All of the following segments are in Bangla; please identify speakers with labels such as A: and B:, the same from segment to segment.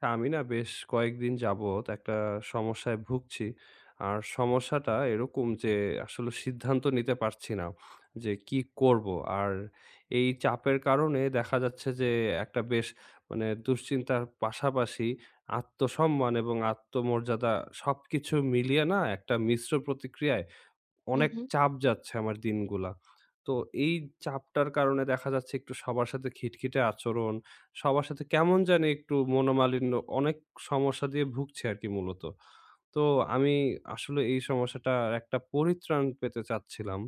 A: তা আমি না বেশ কয়েকদিন যাবৎ একটা সমস্যায় ভুগছি। আর সমস্যাটা এরকম যে আসলে সিদ্ধান্ত নিতে পারছি না যে কি করব? আর এই চাপের কারণে দেখা যাচ্ছে যে একটা বেশ মানে দুশ্চিন্তার পাশাপাশি আত্মসম্মান এবং আত্মমর্যাদা সবকিছু মিলিয়ে না একটা মিশ্র প্রতিক্রিয়ায়
B: হুম,
A: অনেক
B: হুম,
A: চাপ যাচ্ছে আমার দিনগুলা। তো এই চাপটার কারণে দেখা যাচ্ছে একটু সবার সাথে খিটখিটে আচরণ, সবার সাথে কেমন জানি একটু মনোমালিন্য, অনেক সমস্যা দিয়ে ভুগছি আরকি মূলত। তো আমি আসলে এই সমস্যাটার একটা পরিত্রাণ পেতে চাচ্ছিলাম,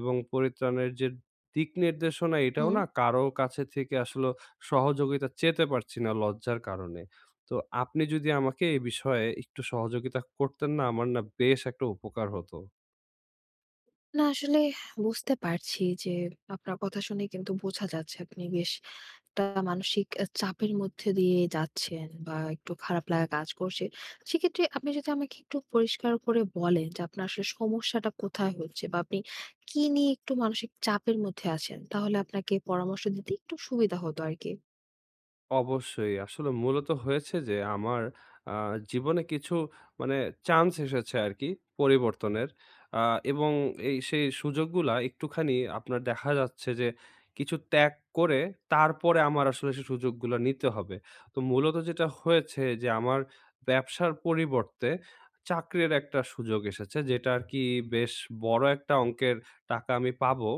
A: এবং পরিত্রাণের যে দিক নির্দেশনা এটাও
B: হুম।
A: না কারো কাছে থেকে আসলে সহযোগিতা চেতে পারছি না লজ্জার কারণে। তো আপনি যদি আমাকে এ বিষয়ে একটু সহযোগিতা করতেন না আমার না বেশ একটা উপকার হতো।
B: না আসলে বুঝতে পারছি যে আপনার কথা শুনে কিন্তু বোঝা যাচ্ছে আপনি বেশ একটা মানসিক চাপের মধ্যে দিয়ে যাচ্ছেন বা একটু খারাপ লাগা কাজ করছে। সেক্ষেত্রে আপনি যদি আমাকে একটু পরিষ্কার করে বলেন যে আপনার আসলে সমস্যাটা কোথায় হচ্ছে বা আপনি কি নিয়ে একটু মানসিক চাপের মধ্যে আছেন? তাহলে আপনাকে পরামর্শ দিতে একটু সুবিধা হতো আরকি।
A: অবশ্যই। আসলে মূলত হয়েছে যে আমার আ জীবনে কিছু মানে চান্স এসেছে আরকি পরিবর্তনের। আ এবং এই সেই সুযোগগুলা একটুখানি আপনার দেখা যাচ্ছে যে কিছু ত্যাগ করে তারপরে আমার আসলে সেই সুযোগগুলা নিতে হবে। তো মূলত যেটা হয়েছে যে আমার ব্যবসার পরিবর্তে চাকরির একটা সুযোগ এসেছে, যেটা আরকি বেশ বড় একটা অঙ্কের টাকা আমি পাবো।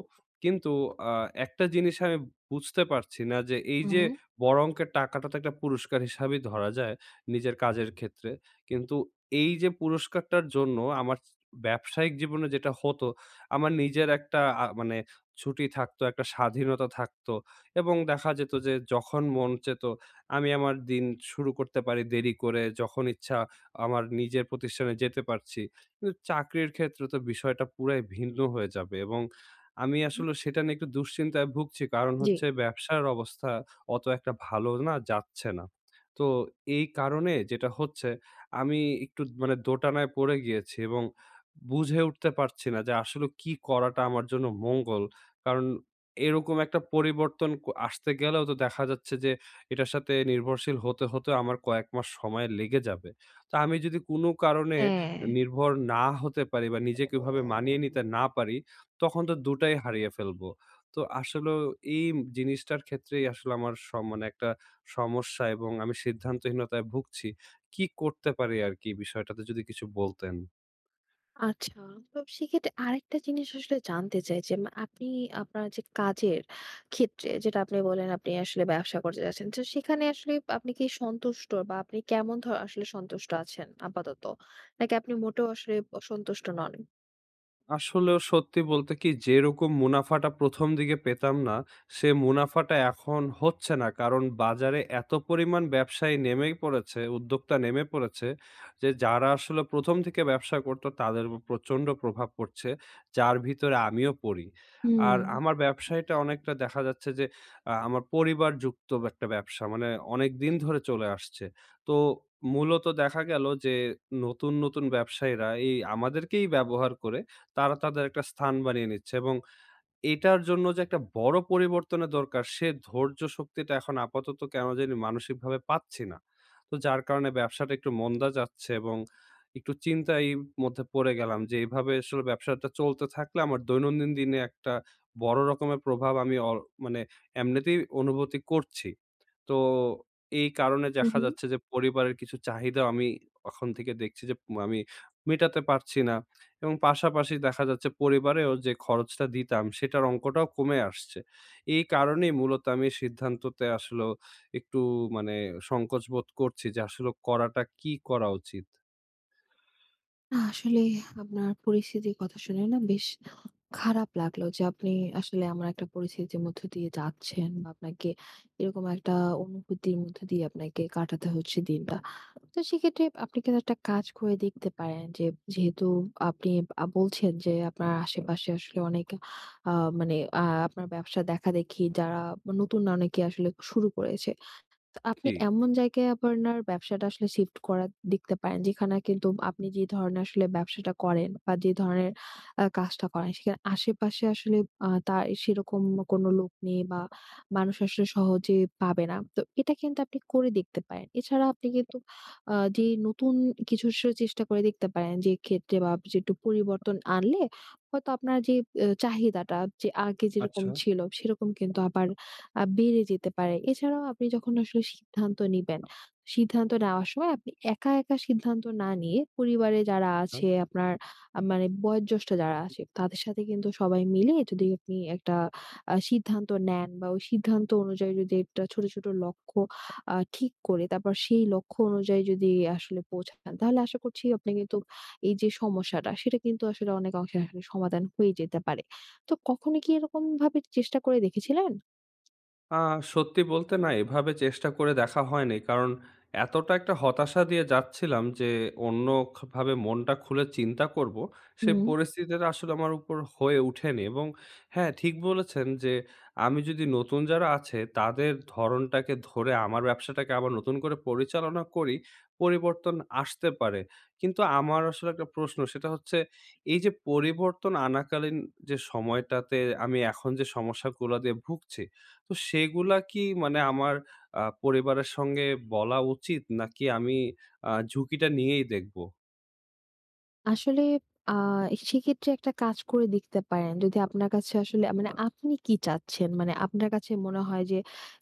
A: কিন্তু আ একটা জিনিস আমি বুঝতে পারছি না যে এই
B: হুম।
A: যে বড় অঙ্কের টাকাটা তো একটা পুরস্কার হিসাবেই ধরা যায় নিজের কাজের ক্ষেত্রে। কিন্তু এই যে পুরস্কারটার জন্য আমার ব্যবসায়িক জীবনে যেটা হতো, আমার নিজের একটা মানে ছুটি থাকতো, একটা স্বাধীনতা থাকতো এবং দেখা যেত যে যখন মন চেত আমি আমার দিন শুরু করতে পারি দেরি করে, যখন ইচ্ছা আমার নিজের প্রতিষ্ঠানে যেতে পারছি। কিন্তু চাকরির ক্ষেত্রে তো বিষয়টা পুরাই ভিন্ন হয়ে যাবে, এবং আমি
B: হুম,
A: আসলে সেটা নিয়ে একটু দুশ্চিন্তায় ভুগছি। কারণ
B: জি।
A: হচ্ছে ব্যবসার অবস্থা অত একটা ভালো না যাচ্ছে না। তো এই কারণে যেটা হচ্ছে, আমি একটু মানে দোটানায় পড়ে গিয়েছি এবং বুঝে উঠতে পারছি না যে আসলে কি করাটা আমার জন্য মঙ্গল। কারণ এরকম একটা পরিবর্তন আসতে গেলেও তো দেখা যাচ্ছে যে এটার সাথে নির্ভরশীল হতে, হতে আমার কয়েক মাস সময় লেগে যাবে। তো আমি যদি কোনো কারণে
B: হ্যাঁ।
A: নির্ভর না হতে পারি বা নিজেকে ওইভাবে মানিয়ে নিতে না পারি, তখন তো দুটাই হারিয়ে ফেলব। তো আসলেও এই জিনিসটার ক্ষেত্রেই আসলে আমার মানে একটা সমস্যা, এবং আমি সিদ্ধান্তহীনতায় ভুগছি। কি করতে পারি আরকি, বিষয়টাতে যদি কিছু বলতেন?
B: আচ্ছা। তো সেক্ষেত্রে আরেকটা জিনিস আসলে জানতে চাই যে আপনি আপনার যে কাজের ক্ষেত্রে যেটা আপনি বললেন আপনি আসলে ব্যবসা করতে যাচ্ছেন। তো সেখানে আসলে আপনি কি সন্তুষ্ট বা আপনি কেমন আসলে সন্তুষ্ট আছেন আপাতত? নাকি আপনি মোটেও আসলে সন্তুষ্ট নন?
A: আসলেও সত্যি বলতে কি, যেরকম মুনাফাটা ১ম দিকে পেতাম, না সে মুনাফাটা এখন হচ্ছে না। কারণ বাজারে এত পরিমাণ ব্যবসায়ী নেমেই পড়েছে, উদ্যোক্তা নেমে পড়েছে, যে যারা আসলে ১ম থেকে ব্যবসা করতো তাদের উপর প্রচণ্ড প্রভাব পড়ছে, যার ভিতরে আমিও পড়ি।
B: হুম।
A: আর আমার ব্যবসায়টা অনেকটা দেখা যাচ্ছে যে আমার পরিবার যুক্ত একটা ব্যবসা। মানে অনেকদিন ধরে চলে আসছে। তো মূলত দেখা গেল যে নতুন, নতুন ব্যবসায়ীরা এই আমাদেরকেই ব্যবহার করে তারা তাদের একটা স্থান বানিয়ে নিচ্ছে, এবং এটার জন্য যে একটা বড় পরিবর্তনের দরকার সে ধৈর্য শক্তিটা এখন আপাতত কেন জানি মানসিকভাবে পাচ্ছি না। তো যার কারণে ব্যবসাটা একটু মন্দা যাচ্ছে, এবং একটু চিন্তায় মধ্যে পড়ে গেলাম যে এভাবে আসলে ব্যবসাটা চলতে থাকলে আমার দৈনন্দিন দিনে একটা বড় রকমের প্রভাব আমি মানে এমনিতেই অনুভূতি করছি। তো এই কারণে
B: হু,
A: দেখা
B: হু।
A: যাচ্ছে যে পরিবারের কিছু চাহিদা আমি এখন থেকে দেখছি যে আমি মেটাতে পারছি না। এবং পাশাপাশি দেখা যাচ্ছে পরিবারেও যে খরচটা দিতাম সেটার অঙ্কটাও কমে আসছে। এই কারণেই মূলত আমি এই সিদ্ধান্ততে আসলেও একটু মানে সংকোচ বোধ করছি যে আসলে করাটা কি করা উচিত?
B: আসলে আপনার পরিস্থিতির কথা শুনে না বেশ খারাপ লাগলো যে আপনি আসলে এমন একটা পরিস্থিতির মধ্য দিয়ে যাচ্ছেন বা আপনাকে এরকম একটা অনুভূতির মধ্য দিয়ে আপনাকে কাটাতে হচ্ছে দিনটা। তো সেক্ষেত্রে আপনি কিন্তু একটা কাজ করে দেখতে পারেন যে, যেহেতু আপনি বলছেন যে আপনার আশেপাশে আসলে অনেক আ মানে আপনার ব্যবসা দেখাদেখি যারা নতুন অনেকে আসলে শুরু করেছে। তো আপনি
A: জি,
B: এমন জায়গায় আপনার ব্যবসাটা আসলে শিফট করা দেখতে পারেন যেখানে কিন্তু আপনি যে ধরনের আসলে ব্যবসাটা করেন বা যে ধরনের কাজটা করেন সেখানে আশেপাশে আসলে তার সেরকম কোনো লোক নেই বা মানুষ আসলে সহজে পাবে না। তো এটা কিন্তু আপনি করে দেখতে পারেন। এছাড়া আপনি কিন্তু যে নতুন কিছু আসলে চেষ্টা করে দেখতে পারেন, যে ক্ষেত্রে বা যে একটু পরিবর্তন আনলে হয়তো আপনার যে চাহিদাটা যে আগে যেরকম
A: আচ্ছা,
B: ছিল সেরকম কিন্তু আবার বেড়ে যেতে পারে। এছাড়াও আপনি যখন আসলে সিদ্ধান্ত নিবেন, সিদ্ধান্ত নেওয়ার সময় আপনি একা, একা সিদ্ধান্ত না নিয়ে পরিবারে যারা
A: আচ্ছা।
B: আছে আপনার মানে বয়োজ্যেষ্ঠ যারা আছে তাদের সাথে কিন্তু সবাই মিলে যদি আপনি একটা সিদ্ধান্ত নেন বা ওই সিদ্ধান্ত অনুযায়ী যদি একটা ছোট, ছোট লক্ষ্য ঠিক করে তারপর সেই লক্ষ্য অনুযায়ী যদি আসলে পৌঁছান, তাহলে আশা করছি আপনি কিন্তু এই যে সমস্যাটা সেটা কিন্তু আসলে অনেক অংশে আসলে সমাধান হয়ে যেতে পারে। তো কখনো কি এরকম ভাবে চেষ্টা করে দেখেছিলেন?
A: আ সত্যি বলতে না এভাবে চেষ্টা করে দেখা হয়নি। কারণ এতটা একটা হতাশা দিয়ে যাচ্ছিলাম যে অন্য ভাবে মনটা খুলে চিন্তা করব, সে
B: হুম।
A: পরিস্থিতিটা আসলে আমার উপর হয়ে ওঠেনি। এবং হ্যাঁ, ঠিক বলেছেন যে আমি যদি নতুন যারা আছে তাদের ধরনটাকে ধরে আমার ব্যবসাটাকে আবার নতুন করে পরিচালনা করি, পরিবর্তন আসতে পারে। কিন্তু আমার আসলে একটা প্রশ্ন, সেটা হচ্ছে এই যে পরিবর্তন আনাকালীন যে সময়টাতে আমি এখন যে সমস্যাগুলা দিয়ে ভুগছি, তো সেগুলা কি মানে আমার পরিবারের সঙ্গে বলা উচিত? নাকি আমি ঝুঁকিটা নিয়েই দেখব?
B: আসলে আ সেক্ষেত্রে একটা কাজ করে দেখতে পারেন। যদি আপনার কাছে আসলে মানে আপনি কি চাচ্ছেন? মানে আপনার কাছে মনে হয় যে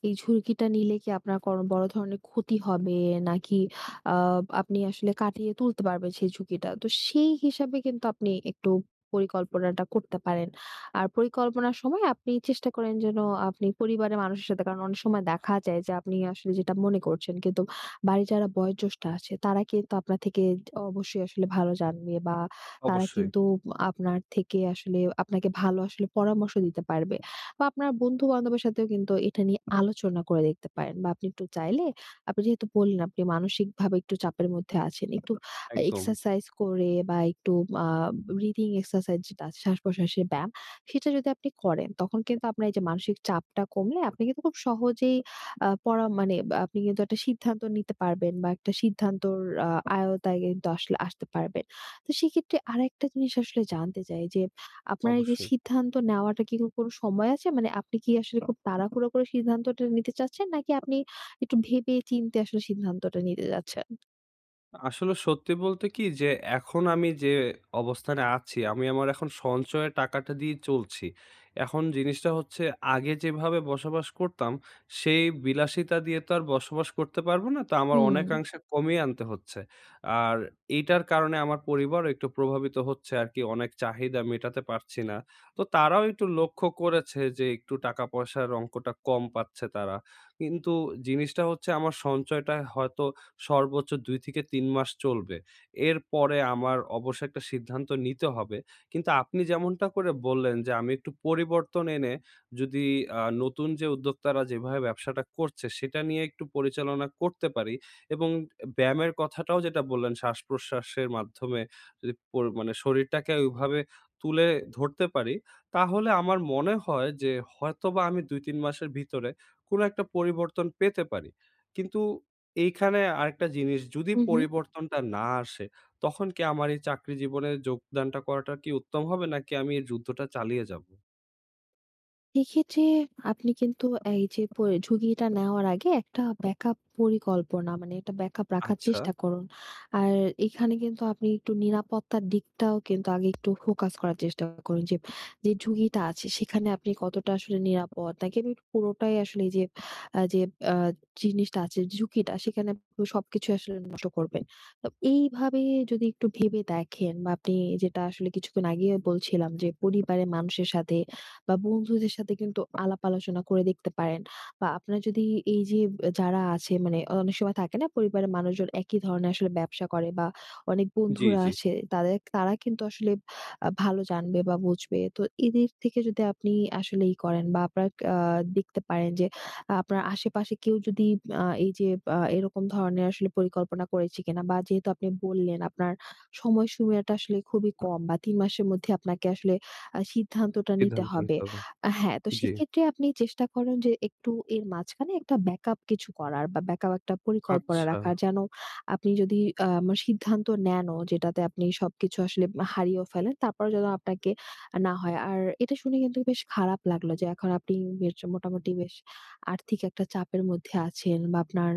B: এই ঝুঁকিটা নিলে কি আপনার কোন বড় ধরনের ক্ষতি হবে? নাকি আ আপনি আসলে কাটিয়ে তুলতে পারবেন সেই ঝুঁকিটা। তো সেই হিসাবে কিন্তু আপনি একটু পরিকল্পনাটা করতে পারেন। আর পরিকল্পনার সময় আপনি চেষ্টা করেন যেন আপনি পরিবারের মানুষের সাথে, কারণ অনেক সময় দেখা যায় যে আপনি আসলে যেটা মনে করছেন কিন্তু বাড়ির যারা বয়োজ্যেষ্ঠ আছে তারা কিন্তু আপনার থেকে অবশ্যই আসলে ভালো জানবে বা তারা
A: অবশ্যই।
B: কিন্তু আপনার থেকে আসলে আপনাকে ভালো আসলে পরামর্শ দিতে পারবে। বা আপনার বন্ধু-বান্ধবের সাথেও কিন্তু এটা নিয়ে আলোচনা করে দেখতে পারেন। বা আপনি একটু চাইলে, আপনি যেহেতু বললেন আপনি মানসিকভাবে একটু চাপের মধ্যে আছেন, একটু
A: একদম,
B: এক্সারসাইজ করে বা একটু আ ব্রিথিং এক্সারসাইজ যেটা আছে শ্বাস-প্রশ্বাসের ব্যায়াম, সেটা যদি আপনি করেন তখন কিন্তু আপনার এই যে মানসিক চাপটা কমলে আপনি কিন্তু খুব সহজেই পড়া মানে বা আপনি কিন্তু একটা সিদ্ধান্ত নিতে পারবেন বা একটা সিদ্ধান্তর আ আয়ত্তায় কিন্তু আসলে আসতে পারবেন। তো সেক্ষেত্রে আরেকটা জিনিস আসলে জানতে চাই যে, আপনার এই যে
A: অবশ্যই।
B: সিদ্ধান্ত নেওয়াটা কি কোনো সময় আছে? মানে আপনি কি আসলে খুব তাড়াহুড়ো করে সিদ্ধান্তটা নিতে চাচ্ছেন? নাকি আপনি একটু ভেবে চিন্তে আসলে সিদ্ধান্তটা নিতে যাচ্ছেন?
A: আসলে সত্যি বলতে কি যে এখন আমি যে অবস্থানে আছি, আমি আমার এখন সঞ্চয়ের টাকাটা দিয়ে চলছি। এখন জিনিসটা হচ্ছে, আগে যেভাবে বসবাস করতাম, সেই বিলাসিতা দিয়ে তো আর বসবাস করতে পারব না। তো আমার
B: হুম।
A: অনেকাংশে কমিয়ে আনতে হচ্ছে। আর এইটার কারণে আমার পরিবারও একটু প্রভাবিত হচ্ছে আরকি। অনেক চাহিদা মেটাতে পারছি না। তো তারাও একটু লক্ষ্য করেছে যে একটু টাকা পয়সার অঙ্কটা কম পাচ্ছে তারা। কিন্তু জিনিসটা হচ্ছে আমার সঞ্চয়টা হয়তো সর্বোচ্চ ২ থেকে ৩ মাস চলবে। এরপরে আমার অবশ্য একটা সিদ্ধান্ত নিতে হবে। কিন্তু আপনি যেমনটা করে বললেন যে, আমি একটু পরিবর্তন এনে যদি নতুন যে উদ্যোক্তারা যেভাবে ব্যবসাটা করছে, সেটা নিয়ে একটু পরিচালনা করতে পারি, এবং ব্যায়ামের কথাটাও যেটা বললেন, শ্বাস-প্রশ্বাসের মাধ্যমে যদি মানে শরীরটাকে ওইভাবে তুলে ধরতে পারি, তাহলে আমার মনে হয় যে হয়তোবা আমি ২-৩ মাসের ভিতরে কোনো একটা পরিবর্তন পেতে পারি। কিন্তু এইখানে আরেকটা জিনিস, যদি
B: হু, হু।
A: পরিবর্তনটা না আসে, তখন কি আমার এই চাকরি জীবনে যোগদানটা করাটা কি উত্তম হবে? নাকি আমি এই যুদ্ধটা চালিয়ে যাবো?
B: এক্ষেত্রে আপনি কিন্তু এই যে ঝুঁকিটা নেওয়ার আগে একটা ব্যাকআপ পরিকল্পনা, মানে একটা ব্যাকআপ রাখার
A: আচ্ছা।
B: চেষ্টা করুন। আর এখানে কিন্তু আপনি একটু নিরাপত্তার দিকটাও কিন্তু আগে একটু ফোকাস করার চেষ্টা করুন যে, যে ঝুঁকিটা আছে সেখানে আপনি কতটা আসলে নিরাপদ, নাকি আপনি পুরোটাই আসলে এই যে আ জিনিসটা আছে ঝুঁকিটা সেখানে আপনি সবকিছু আসলে নষ্ট করবেন। তো এইভাবে যদি একটু ভেবে দেখেন বা আপনি যেটা আসলে কিছুক্ষণ আগে বলছিলাম, যে পরিবারের মানুষের সাথে বা বন্ধুদের সাথে কিন্তু আলাপ আলোচনা করে দেখতে পারেন। বা আপনার যদি এই যে যারা আছে, মানে অনেক সময় থাকে না পরিবারের মানুষজন একই ধরনের আসলে ব্যবসা করে বা অনেক
A: জি,
B: বন্ধুরা
A: জি।
B: আছে তাদের, তারা কিন্তু আসলে ভালো জানবে বা বুঝবে। তো এদের থেকে যদি আপনি আসলে করেন বা আপনার আ দেখতে পারেন যে আপনার আশেপাশে কেউ যদি এই যে এরকম ধরনের আসলে পরিকল্পনা করেছে কিনা। বা যেহেতু আপনি বললেন আপনার সময়সীমাটা আসলে খুবই কম বা ৩ মাসের মধ্যে আপনাকে আসলে সিদ্ধান্তটা নিতে
A: সিদ্ধান্ত
B: হবে।
A: নিতে হবে।
B: হ্যাঁ, তো
A: জি।
B: সেক্ষেত্রে আপনি চেষ্টা করেন যে একটু এর মাঝখানে একটা ব্যাকআপ কিছু করার বা ব্যাকআপ একটা পরিকল্পনা
A: আচ্ছা।
B: রাখার। যেন আপনি যদি আ মা সিদ্ধান্ত নেনও যেটাতে আপনি সবকিছু আসলে হারিয়েও ফেলেন, তারপরেও যেন আপনাকে না হয়। আর এটা শুনে কিন্তু বেশ খারাপ লাগলো যে এখন আপনি বেশ মোটামুটি বেশ আর্থিক একটা চাপের মধ্যে আছেন বা আপনার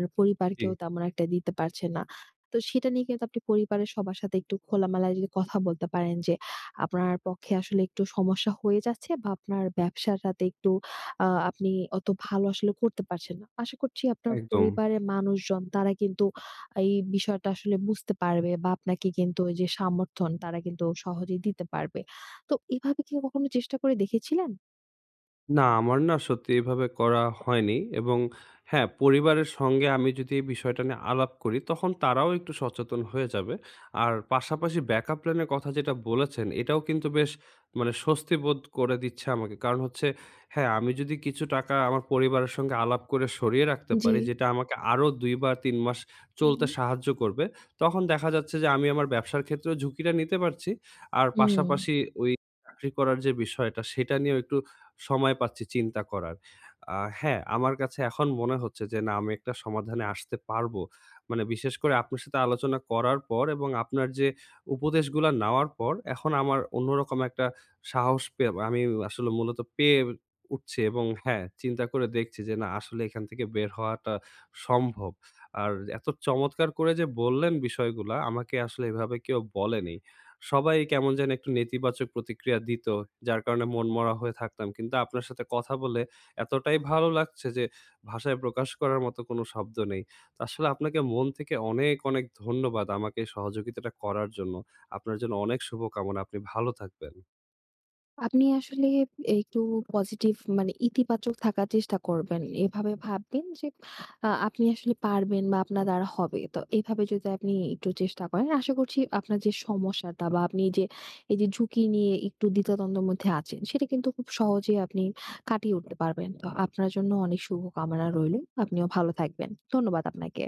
A: জি,
B: পরিবারকেও তেমন একটা দিতে পারছেন না। তো সেটা নিয়ে কিন্তু আপনি পরিবারের সবার সাথে একটু খোলামেলায় যদি কথা বলতে পারেন যে আপনার পক্ষে আসলে একটু সমস্যা হয়ে যাচ্ছে বা আপনার ব্যবসাটাতে একটু আপনি অত ভালো আসলে করতে পারছেন না। আশা করছি আপনার
A: একদম।
B: পরিবারের মানুষজন তারা কিন্তু এই বিষয়টা আসলে বুঝতে পারবে বা আপনাকে কিন্তু ওই যে সমর্থন তারা কিন্তু সহজেই দিতে পারবে। তো এভাবে কি কখনো চেষ্টা করে দেখেছিলেন?
A: না, আমার না সত্যি এভাবে করা হয়নি, এবং হ্যাঁ, পরিবারের সঙ্গে আমি যদি এই বিষয়টা নিয়ে আলাপ করি, তখন তারাও একটু সচেতন হয়ে যাবে। আর পাশাপাশি ব্যাকআপ প্ল্যান এর কথা যেটা বলেছেন, এটাও কিন্তু বেশ মানে স্বস্তি বোধ করে দিচ্ছে আমাকে। কারণ হচ্ছে হ্যাঁ, আমি যদি কিছু টাকা আমার পরিবারের সঙ্গে আলাপ করে সরিয়ে রাখতে
B: জি।
A: পারি, যেটা আমাকে আরো ২ বা ৩ মাস
B: হু,
A: চলতে
B: হু।
A: সাহায্য করবে, তখন দেখা যাচ্ছে যে আমি আমার ব্যবসার ক্ষেত্রেও ঝুঁকিটা নিতে পারছি। আর
B: হুম।
A: পাশাপাশি ওই চাকরি করার যে বিষয়টা, সেটা নিয়েও একটু সময় পাচ্ছি চিন্তা করার। হ্যাঁ, আমার কাছে এখন মনে হচ্ছে যে না আমি একটা সমাধানে আসতে পারবো। মানে বিশেষ করে আপনার সাথে আলোচনা করার পর এবং আপনার যে উপদেশগুলা নেওয়ার পর এখন আমার অন্যরকম একটা সাহস পেয়ে আমি আসলে মূলত পেয়ে উঠছি, এবং হ্যাঁ, চিন্তা করে দেখছি যে না আসলে এখান থেকে বের হওয়াটা সম্ভব। আর এত চমৎকার করে যে বললেন বিষয়গুলা আমাকে আসলে এভাবে কেউ বলেনি। সবাই কেমন যেন একটু নেতিবাচক প্রতিক্রিয়া দিত। যার কারণে মনমরা হয়ে থাকতাম। কিন্তু আপনার সাথে কথা বলে এতটাই ভালো লাগছে যে, ভাষায় প্রকাশ করার মতো কোনো শব্দ নেই। তো আসলে আপনাকে মন থেকে অনেক, অনেক ধন্যবাদ আমাকে এই সহযোগিতাটা করার জন্য। আপনার জন্য অনেক শুভকামনা। আপনি ভালো থাকবেন।
B: আপনি আসলে একটু পজিটিভ, মানে ইতিবাচক থাকার চেষ্টা করবেন। এভাবে ভাববেন যে আপনি আসলে পারবেন বা আপনার দ্বারা হবে। তো এভাবে যদি আপনি একটু চেষ্টা করেন, আশা করছি আপনার যে সমস্যাটা বা আপনি যে এই যে ঝুঁকি নিয়ে একটু দ্বিধাদ্বন্দ্বের মধ্যে আছেন, সেটা কিন্তু খুব সহজেই আপনি কাটিয়ে উঠতে পারবেন। তো আপনার জন্য অনেক শুভকামনা রইলো। আপনিও ভালো থাকবেন। ধন্যবাদ আপনাকে।